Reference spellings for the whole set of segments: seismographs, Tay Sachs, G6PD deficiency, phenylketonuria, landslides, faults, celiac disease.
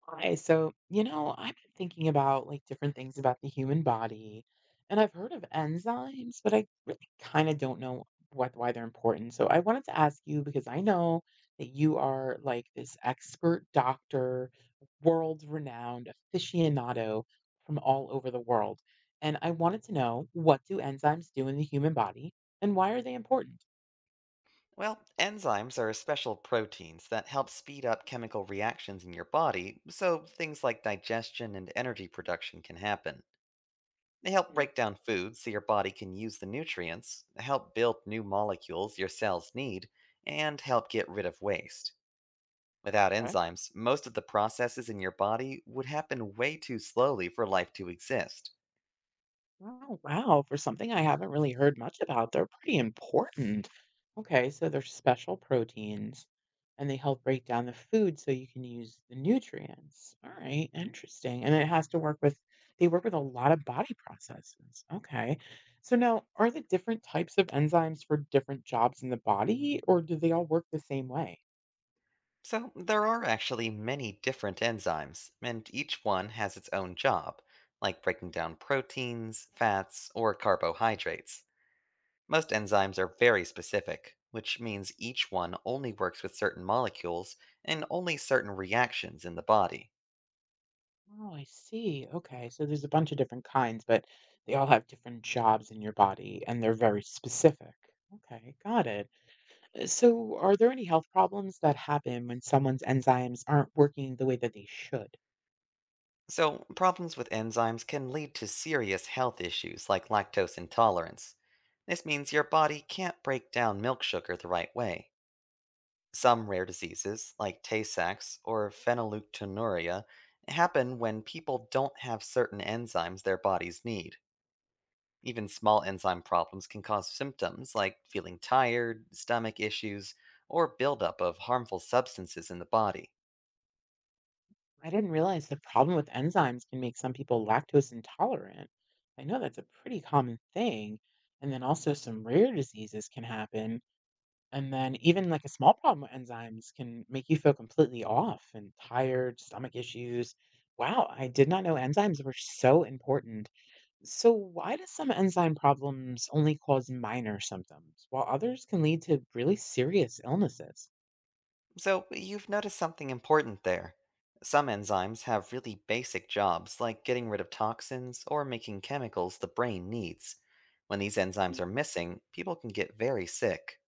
Hi. I've been thinking about like different things about the human body, and I've heard of enzymes, but I really kind of don't know what why they're important. So, I wanted to ask you because I know that you are like this expert doctor, world-renowned aficionado from all over the world. And I wanted to know, what do enzymes do in the human body and why are they important? Well, enzymes are special proteins that help speed up chemical reactions in your body so things like digestion and energy production can happen. They help break down food so your body can use the nutrients, help build new molecules your cells need, and help get rid of waste. Without Mm. enzymes, most of the processes in your body would happen way too slowly for life to exist. Oh, wow. For something I haven't really heard much about, they're pretty important. Okay, so they're special proteins and they help break down the food so you can use the nutrients. All right, interesting. And it has to work with, they work with a lot of body processes. Okay. So now, are the different types of enzymes for different jobs in the body, or do they all work the same way? So, there are actually many different enzymes, and each one has its own job, like breaking down proteins, fats, or carbohydrates. Most enzymes are very specific, which means each one only works with certain molecules and only certain reactions in the body. Oh, I see. Okay. So there's a bunch of different kinds, but they all have different jobs in your body and they're very specific. Okay, got it. So are there any health problems that happen when someone's enzymes aren't working the way that they should? So, problems with enzymes can lead to serious health issues like lactose intolerance. This means your body can't break down milk sugar the right way. Some rare diseases, like Tay Sachs or phenylketonuria, happen when people don't have certain enzymes their bodies need. Even small enzyme problems can cause symptoms like feeling tired, stomach issues, or buildup of harmful substances in the body. I didn't realize the problem with enzymes can make some people lactose intolerant. I know that's a pretty common thing. And then also some rare diseases can happen. And then even like a small problem with enzymes can make you feel completely off and tired, stomach issues. Wow, I did not know enzymes were so important. So, why do some enzyme problems only cause minor symptoms, while others can lead to really serious illnesses? So, you've noticed something important there. Some enzymes have really basic jobs like getting rid of toxins or making chemicals the brain needs. When these enzymes Mm. are missing, people can get very sick.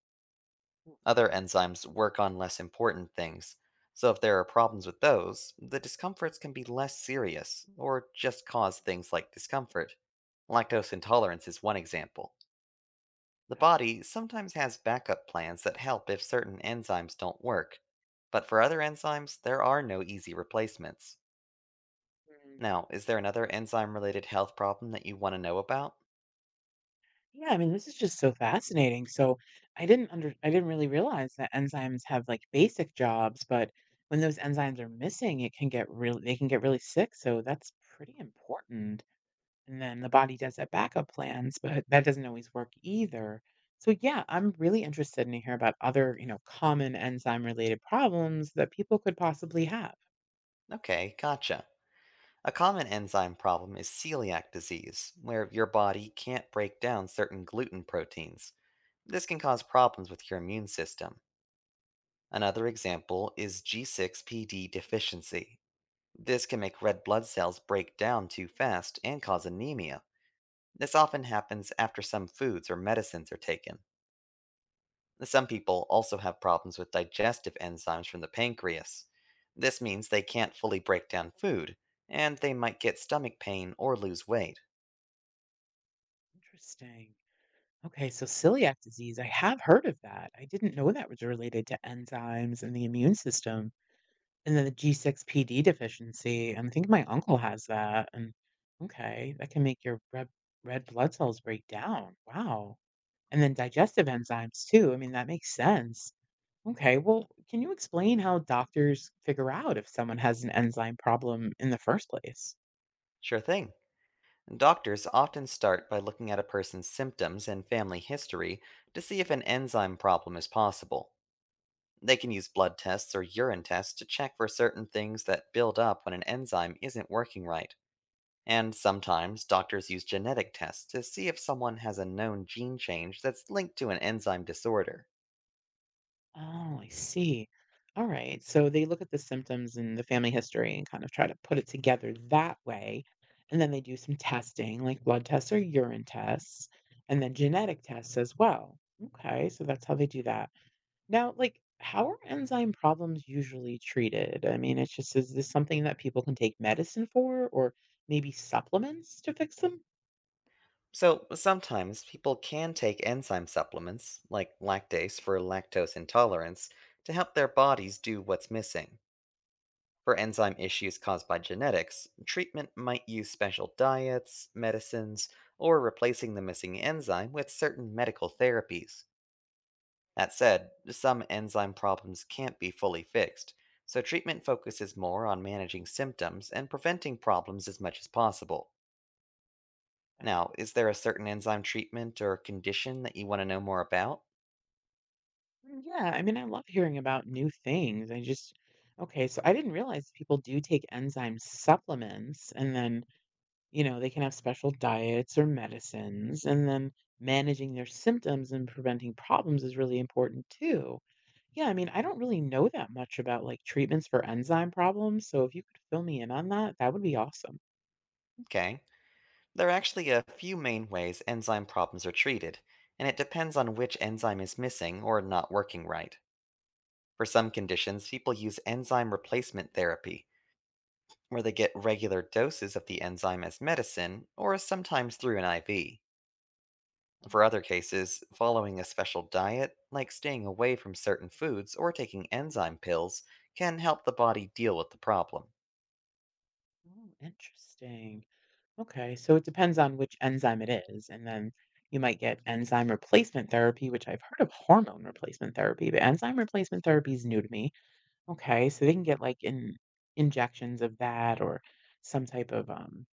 Ooh, Other enzymes work on less important things, so if there are problems with those, the discomforts can be less serious or just cause things like discomfort. Lactose intolerance is one example. The okay. body sometimes has backup plans that help if certain enzymes don't work, but for other enzymes, there are no easy replacements. Mm. Now, is there another enzyme related health problem that you want to know about? Yeah, I mean, this is just so fascinating. So, I didn't really realize that enzymes have like basic jobs, but when those enzymes are missing, it can get really they can get really sick. So, that's pretty important. And then the body does have backup plans, but that doesn't always work either. So yeah, I'm really interested to hear about other, you know, common enzyme related problems that people could possibly have. Okay, gotcha. A common enzyme problem is celiac disease, where your body can't break down certain gluten proteins. This can cause problems with your immune system. Another example is G6PD deficiency. This can make red blood cells break down too fast and cause anemia. This often happens after some foods or medicines are taken. Some people also have problems with digestive enzymes from the pancreas. This means they can't fully break down food, and they might get stomach pain or lose weight. Interesting. Okay, so celiac disease, I have heard of that. I didn't know that was related to enzymes and the immune system. And then the G6PD deficiency, and I think my uncle has that. And okay, that can make your red blood cells break down. Wow. And then digestive enzymes too. I mean, that makes sense. Okay, well, can you explain how doctors figure out if someone has an enzyme problem in the first place? Sure thing. Doctors often start by looking at a person's symptoms and family history to see if an enzyme problem is possible. They can use blood tests or urine tests to check for certain things that build up when an enzyme isn't working right. And sometimes doctors use genetic tests to see if someone has a known gene change that's linked to an enzyme disorder. Oh, I see. All right. So they look at the symptoms and the family history and kind of try to put it together that way. And then they do some testing, like blood tests or urine tests, and then genetic tests as well. Okay, so that's how they do that. Now, like, how are enzyme problems usually treated? I mean, is this something that people can take medicine for or maybe supplements to fix them? So sometimes people can take enzyme supplements, like lactase for lactose intolerance, to help their bodies do what's missing. For enzyme issues caused by genetics, treatment might use special diets, medicines, or replacing the missing enzyme with certain medical therapies. That said, some enzyme problems can't be fully fixed, so treatment focuses more on managing symptoms and preventing problems as much as possible. Now, is there a certain enzyme treatment or condition that you want to know more about? Mm, yeah, I mean, I love hearing about new things. I just, okay, so I didn't realize people do take enzyme supplements and then, you know, they can have special diets or medicines. And then managing their symptoms and preventing problems is really important too. Yeah, I mean, I don't really know that much about like treatments for enzyme problems. So if you could fill me in on that, that would be awesome. Okay. There are actually a few main ways enzyme problems are treated, and it depends on which enzyme is missing or not working right. For some conditions, people use enzyme replacement therapy, where they get regular doses of the enzyme as medicine or sometimes through an IV. For other cases, following a special diet, like staying away from certain foods or taking enzyme pills, can help the body deal with the problem. Oh, interesting. Okay, so it depends on which enzyme it is. And then you might get enzyme replacement therapy, which I've heard of hormone replacement therapy, but enzyme replacement therapy is new to me. Okay, so they can get like in injections of that or some type of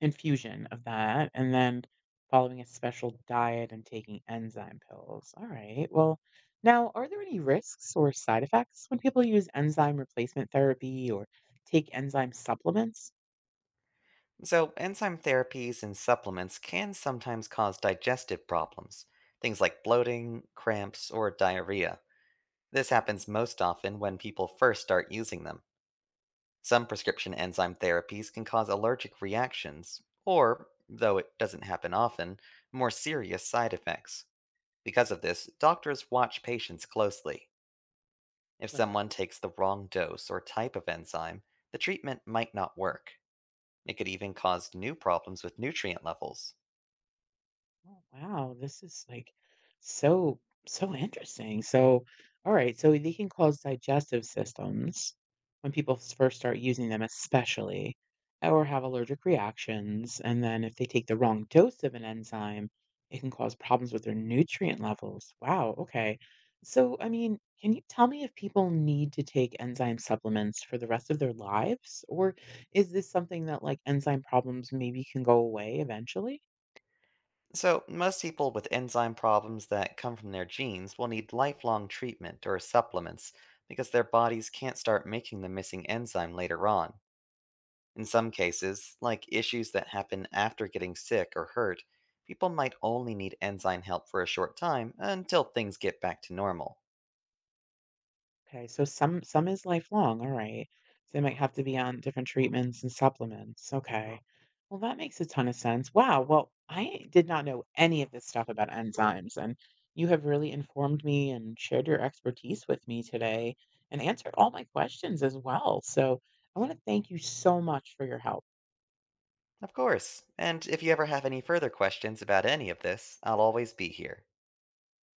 infusion of that. And then following a special diet and taking enzyme pills. All right, well, now are there any risks or side effects when people use enzyme replacement therapy or take enzyme supplements? So, enzyme therapies and supplements can sometimes cause digestive problems, things like bloating, cramps, or diarrhea. This happens most often when people first start using them. Some prescription enzyme therapies can cause allergic reactions, or, though it doesn't happen often, more serious side effects. Because of this, doctors watch patients closely. If someone takes the wrong dose or type of enzyme, the treatment might not work. It could even cause new problems with nutrient levels. Oh, wow, this is like so so interesting. So, all right, so they can cause digestive systems when people first start using them, especially, or have allergic reactions. And then if they take the wrong dose of an enzyme, it can cause problems with their nutrient levels. Wow, okay. So, I mean, can you tell me if people need to take enzyme supplements for the rest of their lives, or is this something that like enzyme problems maybe can go away eventually? So, most people with enzyme problems that come from their genes will need lifelong treatment or supplements because their bodies can't start making the missing enzyme later on. In some cases, like issues that happen after getting sick or hurt, people might only need enzyme help for a short time until things get back to normal. Okay, so some is lifelong, all right. So they might have to be on different treatments and supplements. Okay. Well, that makes a ton of sense. Wow. Well, I did not know any of this stuff about enzymes, and you have really informed me and shared your expertise with me today and answered all my questions as well. So I want to thank you so much for your help. Of course, and if you ever have any further questions about any of this, I'll always be here.